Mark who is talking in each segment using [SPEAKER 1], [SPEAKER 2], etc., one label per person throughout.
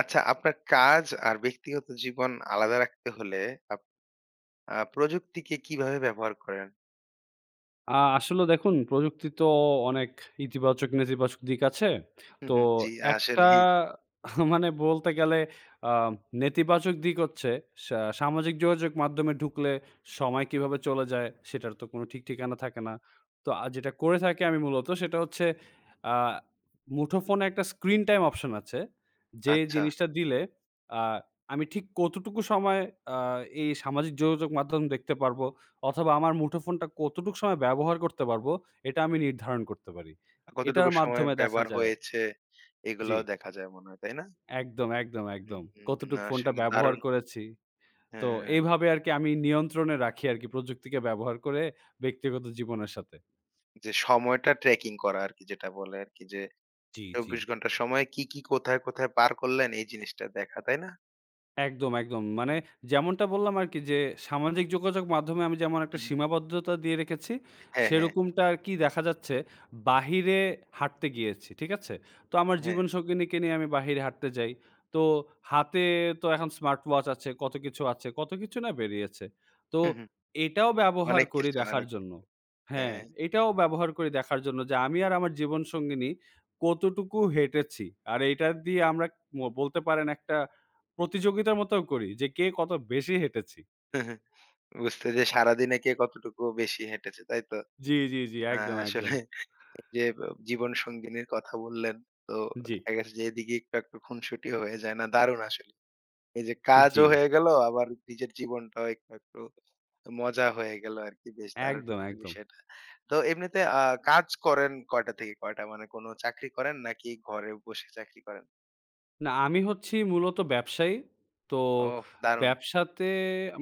[SPEAKER 1] আচ্ছা, আপনার কাজ আর ব্যক্তিগত জীবন আলাদা রাখতে হলে আপ আ প্রযুক্তিকে কিভাবে ব্যবহার করেন?
[SPEAKER 2] আসলে দেখুন প্রযুক্তি তো অনেক ইতিবাচক, নেতিবাচক দিক আছে।
[SPEAKER 1] হু,
[SPEAKER 2] তো
[SPEAKER 1] হুম। জি,
[SPEAKER 2] একটা
[SPEAKER 1] আসলেই
[SPEAKER 2] মানে বলতে গেলে আ নেতিবাচক দিক হচ্ছে সা সামাজিক যোগাযোগ মাধ্যমে ঢুকলে সময় কিভাবে চলে যায় সেটার তো কোনো ঠিক ঠিকানা থাকে না। তো যেটা করে থাকি আমি মূলত সেটা হচ্ছে আ মুঠোফোনে একটা স্ক্রিন টাইম অপশন আছে। যে
[SPEAKER 1] আচ্ছা।
[SPEAKER 2] জিনিসটা দিলে আ আমি ঠিক কতটুকু সময় আ এই সামাজিক যোগাযোগ মাধ্যম দেখতে পারবো অথবা আমার মুঠোফোনটা কতটুক সময় ব্যবহার করতে পারবো, এটা আমি নির্ধারণ করতে পারি। এটার
[SPEAKER 1] কতটুকু সময়
[SPEAKER 2] মাধ্যমে দেখা
[SPEAKER 1] ব্যবহার
[SPEAKER 2] যায়।
[SPEAKER 1] হয়েছে
[SPEAKER 2] জি,
[SPEAKER 1] এগুলাও দেখা যায় মনে হয়, তাই না?
[SPEAKER 2] একদম, একদম, একদম।
[SPEAKER 1] হুম, হুম।
[SPEAKER 2] কতটুক
[SPEAKER 1] না
[SPEAKER 2] ফোনটা
[SPEAKER 1] আসলে
[SPEAKER 2] ব্যবহার
[SPEAKER 1] দারুণ
[SPEAKER 2] করেছি। তো
[SPEAKER 1] হ্যাঁ,
[SPEAKER 2] এইভাবে আরকি আমি নিয়ন্ত্রণে রাখি আরকি প্রযুক্তিকে ব্যবহার করে ব্যক্তিগত জীবনের সাথে।
[SPEAKER 1] যে সময়টা ট্র্যাকিং করা আরকি যেটা বলে আরকি যে
[SPEAKER 2] জি, জি।
[SPEAKER 1] ২৪ ঘন্টা সময়ে কি, কি, কোথায়, কোথায় পার করলেন এই জিনিসটা দেখা, তাই না?
[SPEAKER 2] একদম, একদম। মানে
[SPEAKER 1] হুম,
[SPEAKER 2] যেমনটা বললাম আরকি যে সামাজিক যোগাযোগ মাধ্যমে আমি যেমন একটা
[SPEAKER 1] হুম।
[SPEAKER 2] সীমাবদ্ধতা দিয়ে রেখেছি,
[SPEAKER 1] হ্যাঁ, হ্যাঁ,
[SPEAKER 2] সেরকমটা আরকি দেখা যাচ্ছে বাহিরে হাঁটতে গিয়েছি। ঠিক আছে? তো আমার
[SPEAKER 1] হ্যাঁ।
[SPEAKER 2] জীবনসঙ্গিনীকে নিয়ে আমি বাহিরে হাঁটতে যাই। তো হাতে তো এখন স্মার্ট ওয়াচ আছে, কত কিছু আছে, কত কিছু না বেরিয়েছে। তো
[SPEAKER 1] হু, হুম।
[SPEAKER 2] এটাও ব্যবহার
[SPEAKER 1] অনেক
[SPEAKER 2] করি
[SPEAKER 1] কিছু,
[SPEAKER 2] দেখার
[SPEAKER 1] অনেক
[SPEAKER 2] জন্য।
[SPEAKER 1] কিছু।
[SPEAKER 2] হ্যাঁ,
[SPEAKER 1] হ্যাঁ।
[SPEAKER 2] এটাও ব্যবহার করি দেখার জন্য যে আমি আর আমার জীবনসঙ্গিনী কতটুকু হেঁটেছি। আর এইটা দিয়ে আমরা বলতে পারেন একটা প্রতিযোগিতার মতো করি যে কে কত বেশি হেঁটেছি।
[SPEAKER 1] বুঝতে যে সারাদিনে কে কতটুকু বেশি হেঁটেছে, তাই তো?
[SPEAKER 2] জি, জি, জি।
[SPEAKER 1] না
[SPEAKER 2] একদম, একদম।
[SPEAKER 1] আসলে এই যে জীবন সঙ্গিনীর কথা বললেন, তো
[SPEAKER 2] জি।
[SPEAKER 1] দেখা গেছে যে এদিকে একটু একটু খুনসুটিও হয়ে যায় না দারুণ আসলে। এই যে
[SPEAKER 2] জি,
[SPEAKER 1] কাজও হয়ে গেল আবার নিজের জীবনটাও একটু একটু মজা হয়ে গেল আরকি বেশ দারুণ
[SPEAKER 2] একদম, একদম।
[SPEAKER 1] বিষয়টা। তো এমনিতে কাজ করেন কয়টা থেকে কয়টা? মানে কোন চাকরি করেন নাকি ঘরে বসে চাকরি করেন?
[SPEAKER 2] না আমি হচ্ছি মূলত ব্যবসায়ী। তো
[SPEAKER 1] ওহ! দারুণ।
[SPEAKER 2] ব্যবসাতে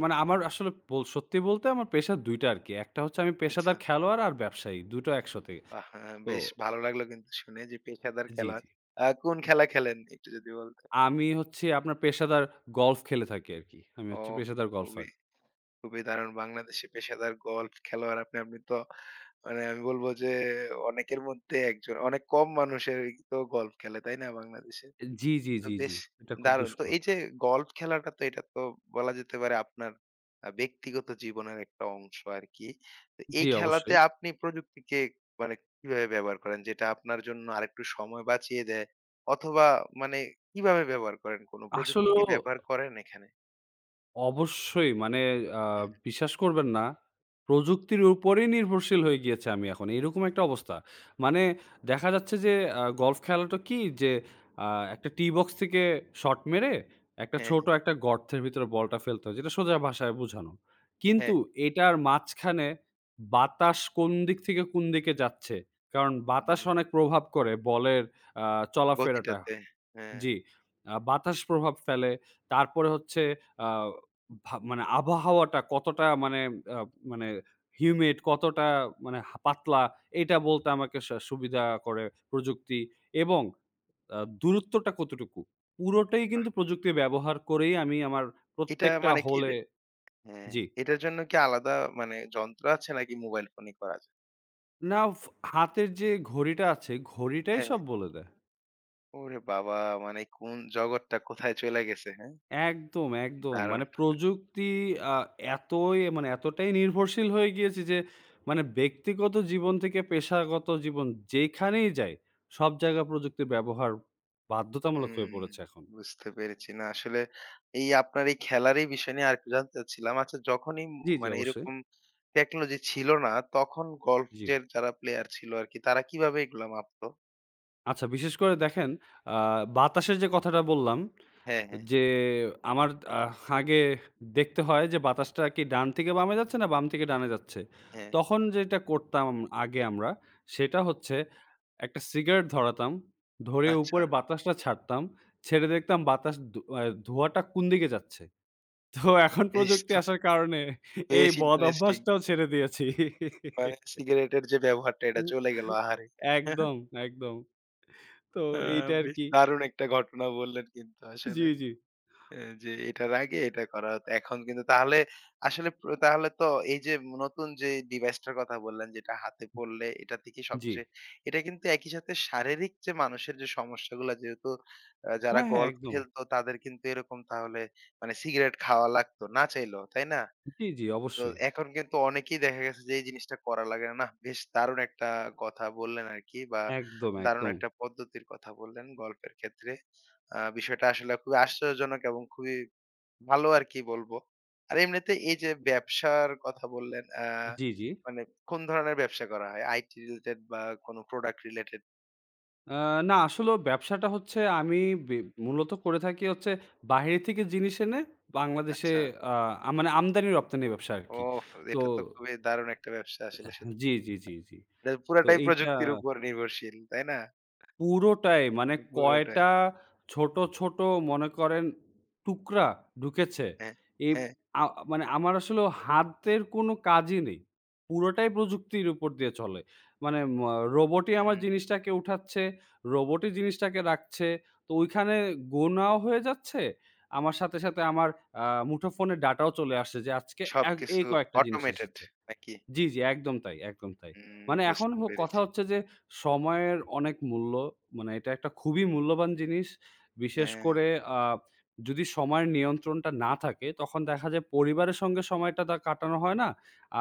[SPEAKER 2] মানে আমার আসলে সত্যি বলতে আমার পেশা ২ টা আরকি। একটা হচ্ছে আমি পেশাদার
[SPEAKER 1] আচ্ছা।
[SPEAKER 2] খেলোয়াড় আর ব্যবসায়ী। ২ টো একসাথে।
[SPEAKER 1] বাহ!
[SPEAKER 2] তো
[SPEAKER 1] বেশ ভালো লাগলো কিন্তু শুনে যে পেশাদার
[SPEAKER 2] জি,
[SPEAKER 1] খেলোয়াড়।
[SPEAKER 2] জি।
[SPEAKER 1] কোন খেলা খেলেন একটু যদি বল
[SPEAKER 2] আমি হচ্ছি আপনার পেশাদার গল্ফ খেলে থাকি আরকি। আমি হচ্ছি
[SPEAKER 1] ওহ!
[SPEAKER 2] পেশাদার
[SPEAKER 1] খুবই,
[SPEAKER 2] গল্ফার।
[SPEAKER 1] খুবই দারুণ বাংলাদেশি পেশাদার গল্ফ খেলোয়াড় আপনি। আপনি তো মানে আমি বলব যে অনেকের মধ্যে একজন। অনেক কম মানুষের তো গল্ফ খেলে, তাই না? বাংলাদেশে।
[SPEAKER 2] জি, জি,
[SPEAKER 1] তো
[SPEAKER 2] জি,
[SPEAKER 1] বেশ
[SPEAKER 2] জি। এটা খুব
[SPEAKER 1] দারুণ। তো
[SPEAKER 2] দুষ্কর।
[SPEAKER 1] এই যে গল্ফ খেলাটা তো এটা তো বলা যেতে পারে আপনার ব্যক্তিগত জীবনের একটা অংশ আরকি। তো
[SPEAKER 2] জি,
[SPEAKER 1] এই খেলাতে
[SPEAKER 2] অবশ্যই।
[SPEAKER 1] আপনি প্রযুক্তিকে মানে কিভাবে ব্যবহার করেন? যেটা আপনার জন্য আরেকটু সময় বাঁচিয়ে দেয় অথবা মানে কিভাবে ব্যবহার করেন? কোন প্রযুক্তি কি
[SPEAKER 2] আসলেও
[SPEAKER 1] ব্যবহার করেন এখানে?
[SPEAKER 2] অবশ্যই মানে আ
[SPEAKER 1] হুম,
[SPEAKER 2] বিশ্বাস করবেন না। প্রযুক্তির উপরেই নির্ভরশীল হয়ে গিয়েছি আমি এখন। এরকম একটা অবস্থা। মানে দেখা যাচ্ছে যে গলফ খেলাটা কি যে আ একটা টি বক্স থেকে শট মেরে একটা
[SPEAKER 1] হ্যাঁ,
[SPEAKER 2] ছোট
[SPEAKER 1] হ্যাঁ,
[SPEAKER 2] একটা গর্তের ভিতরে বলটা ফেলতে হয়। যেটা সোজা ভাষায় বোঝানো। কিন্তু
[SPEAKER 1] হ্যাঁ।
[SPEAKER 2] এটার মাঝখানে বাতাস কোন দিক থেকে কোন দিকে যাচ্ছে। কারণ বাতাস
[SPEAKER 1] হুম,
[SPEAKER 2] অনেক প্রভাব করে বলের আ চলাফেরাটা।
[SPEAKER 1] গতিটাতে। হ্যাঁ,
[SPEAKER 2] জি। বাতাস প্রভাব ফেলে। তারপরে হচ্ছে আ ভা মানে আবহাওয়াটা কতটা মানে আ মানে হিউমেড কতটা মানে পাতলা এটা বলতে আমাকে সুবিধা করে প্রযুক্তি এবং দূরত্বটা কতটুকু? পুরোটাই
[SPEAKER 1] বাহ!
[SPEAKER 2] কিন্তু প্রযুক্তি ব্যবহার করেই আমি আমার
[SPEAKER 1] এটা
[SPEAKER 2] প্রত্যেকটা
[SPEAKER 1] মানে কি
[SPEAKER 2] হলে
[SPEAKER 1] রে হ্যাঁ,
[SPEAKER 2] জি।
[SPEAKER 1] এটার জন্য কি আলাদা মানে যন্ত্র আছে নাকি মোবাইল ফোনেই করা যায়?
[SPEAKER 2] না হাতের যে ঘড়িটা আছে, ঘড়িটাই
[SPEAKER 1] হ্যাঁ।
[SPEAKER 2] সব বলে দেয়।
[SPEAKER 1] ওরে বাবা! মানে কোন জগৎটা কোথায় চইলা গেছে, হ্যাঁ?
[SPEAKER 2] একদম, একদম। মানে
[SPEAKER 1] দারুণ!
[SPEAKER 2] প্রযুক্তি আ এতই মানে এতটাই নির্ভরশীল হয়ে গিয়েছি যে মানে ব্যক্তিগত জীবন থেকে পেশাগত জীবন যেখানেই যাই, সব জায়গায় প্রযুক্তির ব্যবহার বাধ্যতামূলক হয়ে
[SPEAKER 1] হুম,
[SPEAKER 2] পড়েছে এখন।
[SPEAKER 1] বুঝতে পেরেছি। না আসলে এই আপনার এই খেলার এই বিষয় নিয়ে আরেকটু জানতে চাচ্ছিলাম। আচ্ছা যখনই
[SPEAKER 2] জি, জি
[SPEAKER 1] মানে
[SPEAKER 2] অবশ্যই।
[SPEAKER 1] এরকম টেকনোলজি ছিল না তখন
[SPEAKER 2] জি।
[SPEAKER 1] গল্ফের যারা প্লেয়ার ছিল আরকি তারা কিভাবে এগুলা মাপতো?
[SPEAKER 2] আচ্ছা বিশেষ করে দেখেন আ বাতাসের যে কথাটা বললাম
[SPEAKER 1] হ্যাঁ, হ্যাঁ,
[SPEAKER 2] যে আমার আহ আগে দেখতে হয় যে বাতাসটা কি ডান থেকে বামে যাচ্ছে না বাম থেকে ডানে যাচ্ছে।
[SPEAKER 1] হ্যাঁ।
[SPEAKER 2] তখন যেটা করতাম আগে আমরা সেটা হচ্ছে একটা সিগারেট ধরাতাম, ধরে
[SPEAKER 1] আচ্ছা,
[SPEAKER 2] উপরে বাতাসটা ছাড়তাম, ছেড়ে দেখতাম বাতাস ধু আ ধোঁয়াটা কোন দিকে যাচ্ছে। তো এখন
[SPEAKER 1] বেশ
[SPEAKER 2] প্রযুক্তি
[SPEAKER 1] তো
[SPEAKER 2] আসার কারণে এই
[SPEAKER 1] বেশ
[SPEAKER 2] বদ
[SPEAKER 1] ইন্টারেস্টিং।
[SPEAKER 2] অভ্যাসটাও ছেড়ে দিয়েছি।
[SPEAKER 1] মানে সিগারেটের যে ব্যবহারটা এটা
[SPEAKER 2] হুম।
[SPEAKER 1] চলে গেল আহারে!
[SPEAKER 2] একদম, একদম। তো
[SPEAKER 1] আ
[SPEAKER 2] এইটা
[SPEAKER 1] বেশ
[SPEAKER 2] আরকি।
[SPEAKER 1] দারুণ একটা ঘটনা বললেন কিন্তু
[SPEAKER 2] জি,
[SPEAKER 1] আসলে।
[SPEAKER 2] জি।
[SPEAKER 1] এ যে এটার আগে এটা করা হতো। এখন কিন্তু তাহলে আসলে তাহলে তো এই যে নতুন যে ডিভাইসটার কথা বললেন যেটা হাতে পড়লে এটা থেকে
[SPEAKER 2] জি।
[SPEAKER 1] সবচেয়ে এটা কিন্তু একই সাথে শারীরিক যে মানুষের যে সমস্যাগুলা যেহেতু যারা
[SPEAKER 2] হ্যাঁ, হ্যাঁ
[SPEAKER 1] গল্ফ
[SPEAKER 2] একদম।
[SPEAKER 1] খেলতো তাদের কিন্তু এরকম তাহলে মানে সিগারেট খাওয়া লাগতো না চাইলেও, তাই না?
[SPEAKER 2] জি, জি
[SPEAKER 1] তো
[SPEAKER 2] অবশ্যই।
[SPEAKER 1] এখন কিন্তু অনেকেই দেখা গেছে যে এই জিনিসটা করা লাগে না। নাহ, বেশ দারুণ একটা কথা বললেন আরকি বা
[SPEAKER 2] একদম,
[SPEAKER 1] দারুণ
[SPEAKER 2] একদম।
[SPEAKER 1] একটা পদ্ধতির কথা বললেন গল্পের ক্ষেত্রে। বিষয়টা আসলে খুবই আশ্চর্যজনক এবং খুবই ভালো আরকি বলবো। আর এমনিতে এই যে ব্যবসার কথা বললেন,
[SPEAKER 2] জি, জি।
[SPEAKER 1] মানে কোন ধরনের ব্যবসা করা হয়? আইটি রিলেটেড বা কোনো প্রোডাক্ট রিলেটেড?
[SPEAKER 2] আ না আসলেও ব্যবসাটা হচ্ছে আমি বে মূলত করে থাকি হচ্ছে বাহিরে থেকে জিনিস এনে বাংলাদেশে
[SPEAKER 1] আচ্ছা।
[SPEAKER 2] আ আ মানে আমদানি রপ্তানি ব্যবসা আরকি।
[SPEAKER 1] ওফ!
[SPEAKER 2] তো
[SPEAKER 1] এটা তো খুবই দারুণ একটা ব্যবসা আসলে সত্যি।
[SPEAKER 2] জি, জি, জি, জি।
[SPEAKER 1] এটা
[SPEAKER 2] তো
[SPEAKER 1] পুরাটাই
[SPEAKER 2] এইটা
[SPEAKER 1] প্রযুক্তির উপর নির্ভরশীল, তাই না?
[SPEAKER 2] পুরোটাই মানে
[SPEAKER 1] পুরোটাই।
[SPEAKER 2] কয়টা ছোট, ছোট মনে করেন টুকরা ঢুকেছে।
[SPEAKER 1] হ্যাঁ,
[SPEAKER 2] এই
[SPEAKER 1] হ্যাঁ।
[SPEAKER 2] আ মানে আমার আসলে হাতের কোনো কাজই নেই। পুরোটাই প্রযুক্তির উপর দিয়ে চলে। মানে রোবটই আমার
[SPEAKER 1] হুম।
[SPEAKER 2] জিনিসটাকে উঠাচ্ছে, রোবটই জিনিসটাকে রাখছে। তো ওইখানে গোনাও হয়ে যাচ্ছে। আমার সাথে, সাথে আমার মুঠোফোনের ডাটাও চলে আসছে যে আজকে এই
[SPEAKER 1] সবকিছু
[SPEAKER 2] কয়েকটা জিনিস
[SPEAKER 1] অটোমেটেড
[SPEAKER 2] এসেছে।
[SPEAKER 1] নাকি?
[SPEAKER 2] জি, জি। একদম তাই, একদম তাই।
[SPEAKER 1] হুম,
[SPEAKER 2] মানে এখন
[SPEAKER 1] বুঝতে
[SPEAKER 2] কথা
[SPEAKER 1] পেরেছি।
[SPEAKER 2] হচ্ছে যে সময়ের অনেক মূল্য। মানে এটা একটা খুবই মূল্যবান জিনিস। বিশেষ
[SPEAKER 1] হ্যাঁ,
[SPEAKER 2] করে আ যদি সময়ের নিয়ন্ত্রণটা না থাকে তখন দেখা যায় পরিবারের সঙ্গে সময়টা তা কাটানো হয় না।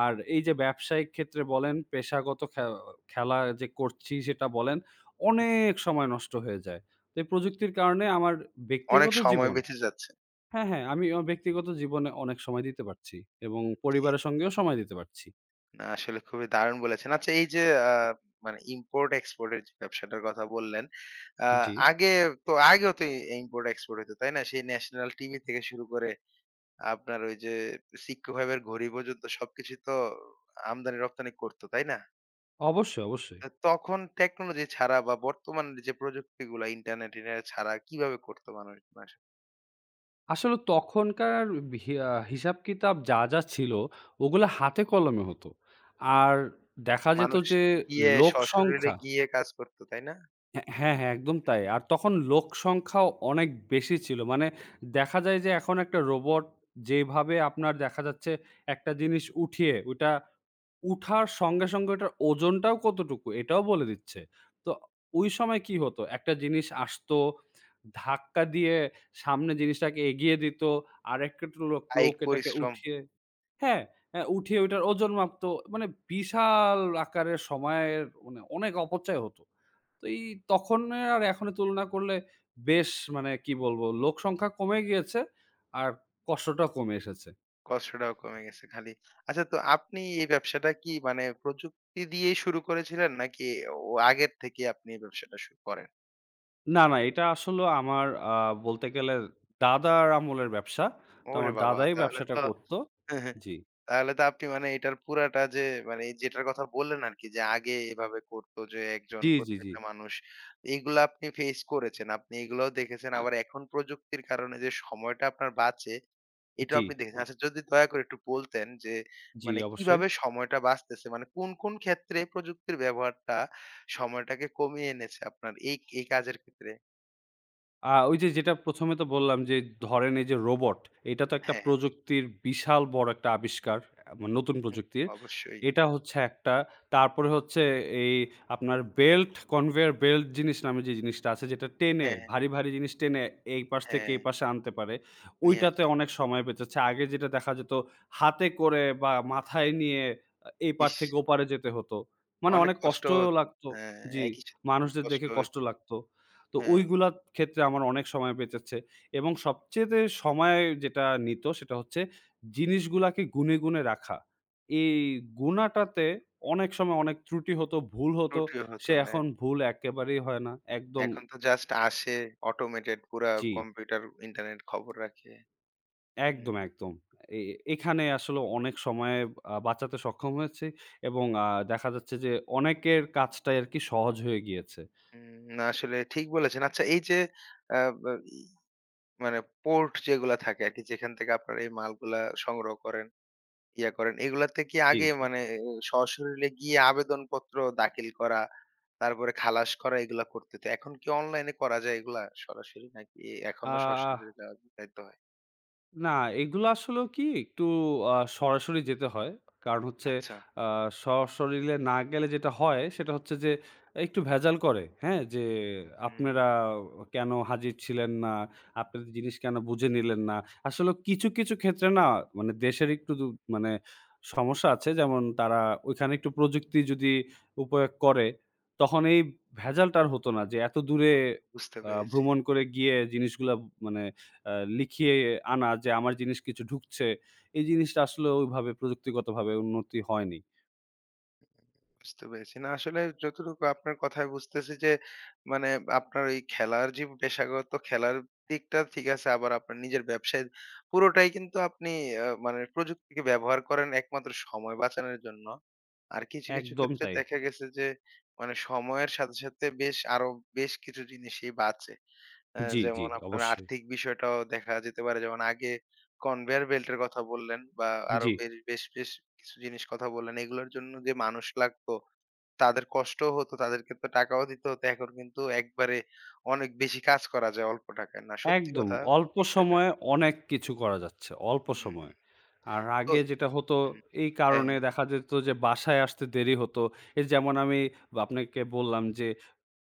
[SPEAKER 2] আর এই যে ব্যবসায়িক ক্ষেত্রে বলেন, পেশাগত খেলা যে করছি সেটা বলেন,
[SPEAKER 1] হুম,
[SPEAKER 2] অনেক সময় নষ্ট হয়ে যায়। তো এই প্রযুক্তির কারণে আমার
[SPEAKER 1] অনেক
[SPEAKER 2] ব্যক্তিগত
[SPEAKER 1] সময়
[SPEAKER 2] জীবন
[SPEAKER 1] বেঁচে যাচ্ছে।
[SPEAKER 2] হ্যাঁ, হ্যাঁ, আমি আমার ব্যক্তিগত জীবনে অনেক সময় দিতে পারছি এবং
[SPEAKER 1] জি,
[SPEAKER 2] পরিবারের সঙ্গেও সময় দিতে পারছি।
[SPEAKER 1] না আসলে খুবই দারুণ বলেছেন। আচ্ছা এই যে আ মানে ইম্পোর্ট এক্সপোর্ট এর যে ব্যবসাটার কথা বললেন। আ
[SPEAKER 2] জি।
[SPEAKER 1] আগে তো আগেও তো ইম্পোর্ট এক্সপোর্ট হইতো, তাই না? সেই ন্যাশনাল টিভি থেকে শুরু করে আপনার ওই যে সিক্কো ভাইবের ঘড়ি পর্যন্ত সবকিছুই তো আমদানি রপ্তানি করতো, তাই না?
[SPEAKER 2] অবশ্যই, অবশ্যই।
[SPEAKER 1] তো তখন টেকনোলজি ছাড়া বা বর্তমান যে প্রযুক্তিগুলা ইন্টারনেট, ইন্টারনেট ছাড়া কিভাবে করতো মানুষগুলা?
[SPEAKER 2] আসলে তখনকার হি আ হিসাব-কিতাব যা ছিল ওগুলো হাতে কলমে হতো। আর দেখা যেত
[SPEAKER 1] মানুষ
[SPEAKER 2] যে
[SPEAKER 1] গিয়ে
[SPEAKER 2] লোক
[SPEAKER 1] সশরীরে
[SPEAKER 2] সংখ্যা
[SPEAKER 1] গিয়ে কাজ করত, তাই না?
[SPEAKER 2] হ্যাঁ, হ্যাঁ, হ্যাঁ, একদম তাই।
[SPEAKER 1] হুম,
[SPEAKER 2] আর তখন লোক সংখ্যাও অনেক বেশি ছিল। মানে দেখা যায় যে এখন একটা রোবট যেভাবে আপনার দেখা যাচ্ছে একটা জিনিস উঠিয়ে ওটা উঠার সঙ্গে, সঙ্গে ওটার ওজনটাও কতটুকু এটাও বলে দিচ্ছে। তো ওই সময় কি হতো? একটা জিনিস আসতো, ধাক্কা দিয়ে সামনে জিনিসটাকে এগিয়ে দিত। আরেকটা লোক লোক
[SPEAKER 1] কায়িক
[SPEAKER 2] এটাকে
[SPEAKER 1] পরিশ্রম
[SPEAKER 2] উঠিয়ে হ্যাঁ, হ্যাঁ, উঠিয়ে ওইটার ওজন মাপতো। মানে বিশাল আকারের সময়ের মানে অনেক অপচয় হতো। তো এই তখনের আর এখনের তুলনা করলে বেশ মানে কি বলবো? লোক সংখ্যা কমে গিয়েছে আর কষ্টটাও কমে এসেছে।
[SPEAKER 1] কষ্টটাও কমে গেছে খালি। আচ্ছা তো আপনি এই ব্যবসাটা কি মানে প্রযুক্তি দিয়েই শুরু করেছিলেন নাকি ও আগের থেকে আপনি এই ব্যবসাটা শুরু করেন?
[SPEAKER 2] না, না, এটা আসলে আমার বলতে গেলে দাদার আমলের ব্যবসা। তো
[SPEAKER 1] ওরে
[SPEAKER 2] আমার
[SPEAKER 1] বাবা!
[SPEAKER 2] দাদাই
[SPEAKER 1] তাহলে
[SPEAKER 2] ব্যবসাটা
[SPEAKER 1] তো
[SPEAKER 2] করত। জি।
[SPEAKER 1] তাহলে তো আপনি মানে এটার পুরাটা যে মানে এই যেটার কথা বললেন আরকি যে আগে এভাবে করতো যে একজন
[SPEAKER 2] জি, জি, জি।
[SPEAKER 1] প্রত্যেকটা মানুষ এগুলা আপনি ফেস করেছেন। আপনি এগুলাও দেখেছেন।
[SPEAKER 2] আ
[SPEAKER 1] আবার এখন প্রযুক্তির কারণে যে সময়টা আপনার বাঁচে এটাও
[SPEAKER 2] জি,
[SPEAKER 1] আপনি
[SPEAKER 2] অ
[SPEAKER 1] দেখেছেন। আচ্ছা যদি দয়া করে একটু বলতেন যে
[SPEAKER 2] জি,
[SPEAKER 1] মানে
[SPEAKER 2] অবশ্যই।
[SPEAKER 1] কিভাবে সময়টা বাঁচতেছে? মানে কোন, কোন ক্ষেত্রে প্রযুক্তির ব্যবহারটা সময়টাকে কমিয়ে এনেছে আপনার এই, এই কাজের ক্ষেত্রে?
[SPEAKER 2] ওই যে যেটা ১ম এ তো বললাম যে ধরেন এই যে রোবট, এটা তো একটা
[SPEAKER 1] হ্যাঁ,
[SPEAKER 2] প্রযুক্তির বিশাল বড় একটা আবিষ্কার। আ মা নতুন
[SPEAKER 1] হ্যাঁ,
[SPEAKER 2] প্রযুক্তির।
[SPEAKER 1] অবশ্যই।
[SPEAKER 2] এটা হচ্ছে একটা। তারপরে হচ্ছে এই আপনার বেল্ট, কনভেয়ার বেল্ট জিনিস নামে যে জিনিসটা আছে যেটা টেনে
[SPEAKER 1] হ্যাঁ, হ্যাঁ,
[SPEAKER 2] ভারী, ভারী জিনিস টেনে এই পাশ থেকে
[SPEAKER 1] হ্যাঁ,
[SPEAKER 2] এই পাশে আনতে পারে।
[SPEAKER 1] নিয়ে
[SPEAKER 2] ওইটাতে
[SPEAKER 1] আসে।
[SPEAKER 2] অনেক সময় বেঁচেছে। আগে যেটা দেখা যেত হাতে করে বা মাথায় নিয়ে এই পার
[SPEAKER 1] ইস!
[SPEAKER 2] থেকে ওপারে যেতে হতো। মানে
[SPEAKER 1] অনেক
[SPEAKER 2] অনেক
[SPEAKER 1] কষ্ট
[SPEAKER 2] কষ্ট
[SPEAKER 1] হতো।
[SPEAKER 2] লাগতো।
[SPEAKER 1] হ্যাঁ,
[SPEAKER 2] জি,
[SPEAKER 1] একই সাথে
[SPEAKER 2] মানুষদের
[SPEAKER 1] কষ্ট
[SPEAKER 2] দেখে কষ্ট
[SPEAKER 1] হইতো।
[SPEAKER 2] লাগতো। তো
[SPEAKER 1] হ্যাঁ,
[SPEAKER 2] ওইগুলার ক্ষেত্রে আমার অনেক সময় বেঁচেছে এবং সবচেয়েতে সময় যেটা নিত সেটা হচ্ছে জিনিসগুলাকে গুনে, গুনে রাখা। এই গুনাটাতে অনেক সময় অনেক ত্রুটি হতো, ভুল হতো।
[SPEAKER 1] ত্রুটিও হতো।
[SPEAKER 2] সে
[SPEAKER 1] হ্যাঁ,
[SPEAKER 2] এখন ভুল একেবারেই হয় না। একদম
[SPEAKER 1] এখন তো জাস্ট আসে অটোমেটেড পুরা
[SPEAKER 2] জি,
[SPEAKER 1] কম্পিউটার, ইন্টারনেট খবর রাখে।
[SPEAKER 2] একদম,
[SPEAKER 1] হুম,
[SPEAKER 2] একদম। এ এখানে আসলে অনেক সময় বাঁচাতে সক্ষম হয়েছি এবং দেখা যাচ্ছে যে অনেকের কাজটাই আরকি সহজ হয়ে গিয়েছে।
[SPEAKER 1] হুম, না আসলে ঠিক বলেছেন। আচ্ছা এই যে আ বা মানে পোর্ট যেগুলা থাকে আরকি যেখান থেকে আপনারা এই মালগুলা সংগ্রহ করেন, ইয়া করেন, এগুলাতে কি
[SPEAKER 2] জি,
[SPEAKER 1] আগে
[SPEAKER 2] জি।
[SPEAKER 1] মানে সশরীরে গিয়ে আবেদনপত্র দাখিল করা, তারপরে খালাস করা এগুলা করতে হতো। এখন কি অনলাইনে করা যায় এগুলা সরাসরি নাকি
[SPEAKER 2] আ
[SPEAKER 1] এখনো সশরীরে যাওয়া যাইতে হয়?
[SPEAKER 2] না, এগুলো আসলেও কি একটু সরাসরি যেতে হয়। কারণ হচ্ছে
[SPEAKER 1] আচ্ছা।
[SPEAKER 2] আ সশরীরে না গেলে যেটা হয় সেটা হচ্ছে যে একটু ভেজাল করে, হ্যাঁ? যে
[SPEAKER 1] হুম,
[SPEAKER 2] আপনারা কেন হাজির ছিলেন না? আপনাদের জিনিস কেন বুঝে নিলেন না? আসলে কিছু, কিছু ক্ষেত্রে না মানে দেশের একটু মানে সমস্যা আছে। যেমন তারা ওইখানে একটু প্রযুক্তি যদি উপয়োগ করে তখন এই ভেজালটা আর হতো না যে এত দূরে
[SPEAKER 1] বুঝতে পেরেছি।
[SPEAKER 2] ভ্রমণ করে গিয়ে জিনিসগুলা মানে আ লিখিয়ে আনা যে আমার জিনিস কিছু ঢুকছে। এই জিনিসটা আসলে ওইভাবে প্রযুক্তিগতভাবে উন্নতি হয়নি।
[SPEAKER 1] বুঝতে পেরেছি। না আসলে যতটুকু আপনার কথায় বুঝতেছি যে মানে আপনার ওই খেলার যে পেশাগত খেলার দিকটা ঠিক আছে। আবার আপনার নিজের ব্যবসায় পুরোটাই কিন্তু আপনি মানে প্রযুক্তিকে ব্যবহার করেন একমাত্র সময় বাঁচানোর জন্য। আর কিছু, কিছু
[SPEAKER 2] একদম
[SPEAKER 1] ক্ষেত্রে
[SPEAKER 2] তাই।
[SPEAKER 1] দেখা গেছে যে মানে সময়ের সাথে, সাথে বেশ আরো বেশ কিছু জিনিসই বাঁচে।
[SPEAKER 2] জি, জি,
[SPEAKER 1] যেমন আপনার
[SPEAKER 2] অবশ্যই।
[SPEAKER 1] আর্থিক বিষয়টাও দেখা যেতে পারে। যেমন আগে কনভেয়ার বেল্ট এর কথা বললেন বা আরো
[SPEAKER 2] জি।
[SPEAKER 1] বেশ, বেশ, বেশ কিছু জিনিস কথা বললেন। এগুলোর জন্য যে মানুষ লাগতো তাদের কষ্টও হতো, তাদেরকে তো টাকাও দিতে হতো। এখন কিন্তু একবারে অনেক বেশি কাজ করা যায় অল্প টাকায়। না সত্যি
[SPEAKER 2] একদম।
[SPEAKER 1] কথা
[SPEAKER 2] অল্প
[SPEAKER 1] বিষয়টা।
[SPEAKER 2] সময়ে অনেক কিছু করা যাচ্ছে। অল্প
[SPEAKER 1] হুম,
[SPEAKER 2] সময়ে।
[SPEAKER 1] হুম।
[SPEAKER 2] আর
[SPEAKER 1] তো
[SPEAKER 2] আগে যেটা হতো
[SPEAKER 1] হুম।
[SPEAKER 2] এই
[SPEAKER 1] হ্যাঁ,
[SPEAKER 2] কারণে দেখা যেত যে বাসায় আসতে দেরি হতো। এই যেমন আমি আপনাকে বললাম যে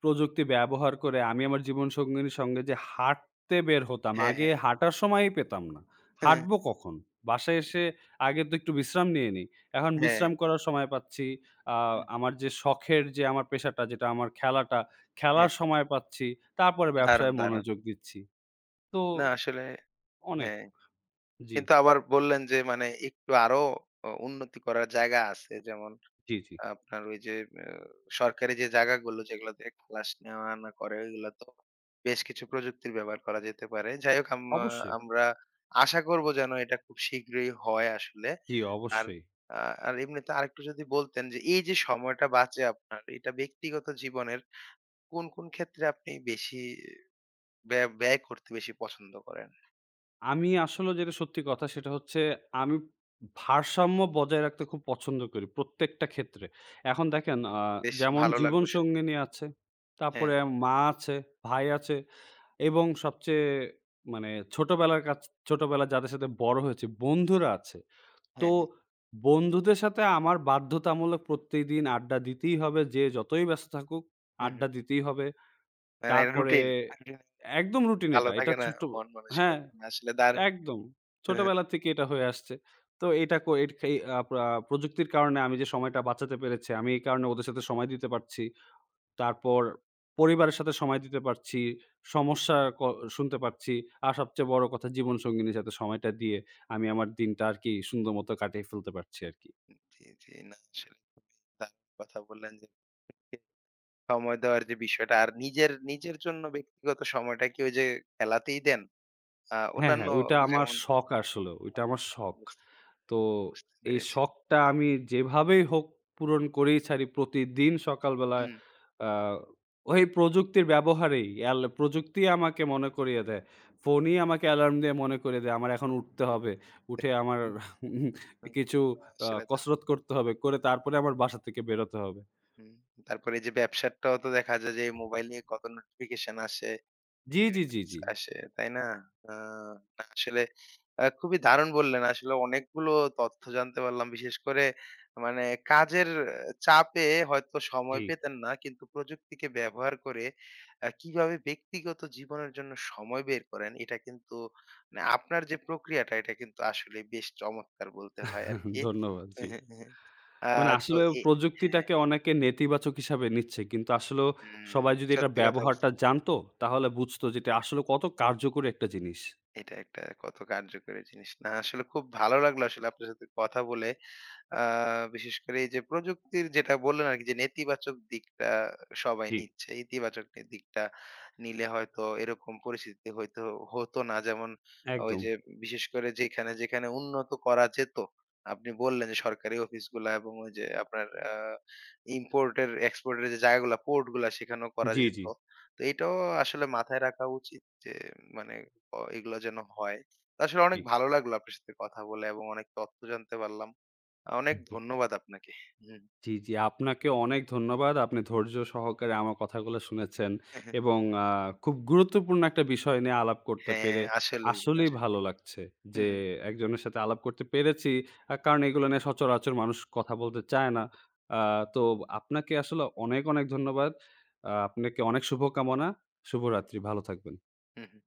[SPEAKER 2] প্রযুক্তি ব্যবহার করে আমি আমার জীবনসঙ্গিনীর সঙ্গে যে হাঁটতে বের হতাম,
[SPEAKER 1] হ্যাঁ,
[SPEAKER 2] আগে
[SPEAKER 1] হ্যাঁ,
[SPEAKER 2] হাঁটার সময়ই পেতাম না।
[SPEAKER 1] হ্যাঁ,
[SPEAKER 2] হাঁটবো কখন? বাসায় এসে আগে তো একটু বিশ্রাম নিয়ে নিই। এখন
[SPEAKER 1] হ্যাঁ,
[SPEAKER 2] বিশ্রাম করার সময় পাচ্ছি। আ
[SPEAKER 1] হুম,
[SPEAKER 2] আমার যে শখের যে আমার পেশাটা যেটা আমার খেলাটা,
[SPEAKER 1] হ্যাঁ।
[SPEAKER 2] খেলার সময় পাচ্ছি। তারপরে
[SPEAKER 1] দারুণ,
[SPEAKER 2] ব্যবসায়
[SPEAKER 1] দারুণ।
[SPEAKER 2] মনোযোগ দিচ্ছি। তো
[SPEAKER 1] না আসলে
[SPEAKER 2] অনেক।
[SPEAKER 1] হ্যাঁ।
[SPEAKER 2] জি,
[SPEAKER 1] কিন্তু আবার বললেন যে মানে একটু আরো উন্নতি করার জায়গা আছে। যেমন
[SPEAKER 2] জি, জি।
[SPEAKER 1] আপনার ওই যে আ সরকারি যে জায়গাগুলো যেগুলোতে ক্লাস নেওয়া আনা করে ওইগুলো তো বেশ কিছু প্রযুক্তির ব্যবহার করা যেতে পারে। যাই হোক
[SPEAKER 2] অবশ্যই।
[SPEAKER 1] আমরা আশা করব যেন এটা খুব শীঘ্রই হয় আসলে।
[SPEAKER 2] জি,
[SPEAKER 1] আর
[SPEAKER 2] অবশ্যই।
[SPEAKER 1] আ আর এমনিতে আরেকটু যদি বলতেন যে এই যে সময়টা বাঁচে আপনার এটা ব্যক্তিগত জীবনের কোন, কোন ক্ষেত্রে আপনি বেশি ব্যয় ব্যয় করতে বেশি পছন্দ করেন?
[SPEAKER 2] আমি আসলে যেটা সত্যি কথা সেটা হচ্ছে আমি ভারসাম্য বজায় রাখতে খুব পছন্দ করি প্রত্যেকটা ক্ষেত্রে। এখন দেখেন
[SPEAKER 1] বেশ
[SPEAKER 2] যেমন
[SPEAKER 1] ভালো লাগলো শুনে।
[SPEAKER 2] জীবনসঙ্গিনী আছে,
[SPEAKER 1] হ্যাঁ,
[SPEAKER 2] তারপরে মা আছে, ভাই আছে এবং সবচেয়ে মানে ছোটবেলার কাছ ছোটবেলায় যাদের সাথে বড় হয়েছি, বন্ধুরা আছে। তো
[SPEAKER 1] হ্যাঁ, হ্যাঁ।
[SPEAKER 2] বন্ধুদের সাথে আমার বাধ্যতামূলক প্রত্যেকদিন আড্ডা দিতেই হবে। যে যতই ব্যস্ত থাকুক,
[SPEAKER 1] হুম, হুম।
[SPEAKER 2] আড্ডা দিতেই হবে।
[SPEAKER 1] মানে
[SPEAKER 2] তারপরে
[SPEAKER 1] রুটিন
[SPEAKER 2] একদম রুটিন
[SPEAKER 1] ভালো
[SPEAKER 2] এটা। এটা
[SPEAKER 1] থাকে না
[SPEAKER 2] ছোট
[SPEAKER 1] মন
[SPEAKER 2] হ্যাঁ,
[SPEAKER 1] মানসিকতা। আসলে দারুণ।
[SPEAKER 2] একদম। ছোটবেলা থেকে এটা হয়ে আসছে। তো এটা কো এট খে আ প্রা প্রযুক্তির কারণে আমি যে সময়টা বাঁচাতে পেরেছি, আমি এই কারণে ওদের সাথে সময় দিতে পারছি। তারপর পরিবারের সাথে সময় দিতে পারছি, সমস্যা শুনতে পারছি। আর সবচেয়ে বড় কথা জীবনসঙ্গিনীর সাথে সময়টা দিয়ে আমি আমার দিনটা আরকি সুন্দর মতো কাটিয়ে ফেলতে পারছি আরকি।
[SPEAKER 1] জি, জি। না আসলে দারুণ কথা বললেন যে সময় দেওয়ার যে বিষয়টা আর নিজের নিজের জন্য ব্যক্তিগত সময়টা কি ওই যে খেলাতেই দেন?
[SPEAKER 2] হ্যাঁ,
[SPEAKER 1] অন্যান্য
[SPEAKER 2] হ্যাঁ, ওইটা আমার
[SPEAKER 1] যেমন
[SPEAKER 2] শখ আসলে। ওইটা
[SPEAKER 1] আহ,
[SPEAKER 2] আমার শখ।
[SPEAKER 1] বুঝতে
[SPEAKER 2] তো
[SPEAKER 1] বুঝতে
[SPEAKER 2] এই
[SPEAKER 1] পেরেছি।
[SPEAKER 2] শখটা আমি যেভাবেই হোক পূরণ করেই ছাড়ি। প্রতিদিন সকালবেলায়
[SPEAKER 1] হুম।
[SPEAKER 2] আ ওই প্রযুক্তির ব্যবহারেই প্রযুক্তি আমাকে মনে করিয়ে দেয়। ফোনই আমাকে অ্যালার্ম দিয়ে মনে করিয়ে দেয়, আমার এখন উঠতে হবে। উঠে আমার
[SPEAKER 1] হুম, হুম,
[SPEAKER 2] কিছু
[SPEAKER 1] আসলে তা
[SPEAKER 2] কসরত করতে হবে। করে তারপরে আমার বাসা থেকে বেরোতে হবে।
[SPEAKER 1] হুম। তারপরে এই যে ব্যবসাটাও তো দেখা যায় যে মোবাইল নিয়ে কত নোটিফিকেশন আসে।
[SPEAKER 2] জি, জি, জি,
[SPEAKER 1] রিল্যাক্স
[SPEAKER 2] জি।
[SPEAKER 1] আসে, তাই না? আ না আসলে খুবই দারুণ বললেন। আসলে অনেকগুলো তথ্য জানতে পারলাম। বিশেষ করে মানে কাজের আহ, চাপে হয়তো
[SPEAKER 2] জি।
[SPEAKER 1] সময় পেতেন না। কিন্তু প্রযুক্তিকে ব্যবহার করে কিভাবে ব্যক্তিগত জীবনের জন্য সময় বের করেন এটা কিন্তু মানে আপনার যে প্রক্রিয়াটা এটা কিন্তু আসলে বেশ চমৎকার বলতে হয় আরকি।
[SPEAKER 2] ধন্যবাদ। জি।
[SPEAKER 1] হ্যাঁ, হ্যাঁ, হ্যাঁ। আ
[SPEAKER 2] মানে
[SPEAKER 1] তো
[SPEAKER 2] আসলেও
[SPEAKER 1] এ হ্যাঁ,
[SPEAKER 2] প্রযুক্তিটাকে অনেকে নেতিবাচক হিসাবে নিচ্ছে। কিন্তু আসলেও
[SPEAKER 1] হুম,
[SPEAKER 2] সবাই যদি এটার
[SPEAKER 1] সত্যি কথা
[SPEAKER 2] ব্যবহারটা
[SPEAKER 1] বলছেন।
[SPEAKER 2] জানতো, তাহলে বুঝতো যে এটা আসলে কত কার্যকরী একটা জিনিস।
[SPEAKER 1] এটা একটা কত কার্যকরী জিনিস। না আসলে খুব ভালো লাগলো আসলে আপনার সাথে কথা বলে। আ বিশেষ করে এই যে প্রযুক্তির যেটা বললেন আরকি যে নেতিবাচক দিকটা সবাই
[SPEAKER 2] জি,
[SPEAKER 1] নিচ্ছে। ইতিবাচক দিকটা নিলে হয়তো এরকম পরিস্থিতি হয়তো হতো না। যেমন ওই
[SPEAKER 2] একদম।
[SPEAKER 1] যে বিশেষ করে যেখানে, যেখানে উন্নত করা যেত, আপনি বললেন যে সরকারি অফিসগুলা এবং ওই যে আপনার ইম্পোর্টের এক্সপোর্টের যে জায়গাগুলা পোর্ট গুলা সেখানেও করা
[SPEAKER 2] জি, জি,
[SPEAKER 1] যেত। তো এটাও আসলে মাথায় রাখা উচিত যে মানে এগুলো যেন হয়। তো আসলে অনেক ভালো লাগলো আপনার সাথে কথা বলে এবং অনেক তথ্য জানতে পারলাম। অনেক
[SPEAKER 2] জি।
[SPEAKER 1] ধন্যবাদ আপনাকে। হুম।
[SPEAKER 2] জি, জি। আপনাকে অনেক ধন্যবাদ। আপনি ধৈর্য সহকারে আমার কথাগুলো শুনেছেন এবং খুব গুরুত্বপূর্ণ একটা বিষয় নিয়ে আলাপ করতে
[SPEAKER 1] হ্যাঁ,
[SPEAKER 2] পেরে
[SPEAKER 1] আসলেই,
[SPEAKER 2] আসলেই ভালো
[SPEAKER 1] আসলেই।
[SPEAKER 2] লাগছে
[SPEAKER 1] হু,
[SPEAKER 2] যে,
[SPEAKER 1] হু,
[SPEAKER 2] একজনের সাথে আলাপ করতে পেরেছি। কারণ এগুলো নিয়ে সচরাচর মানুষ কথা বলতে চায় না। আ তো আপনাকে আসলে অনেক, অনেক ধন্যবাদ। আপনাকে অনেক শুভকামনা। শুভরাত্রি। ভালো থাকবেন।
[SPEAKER 1] হু, হু।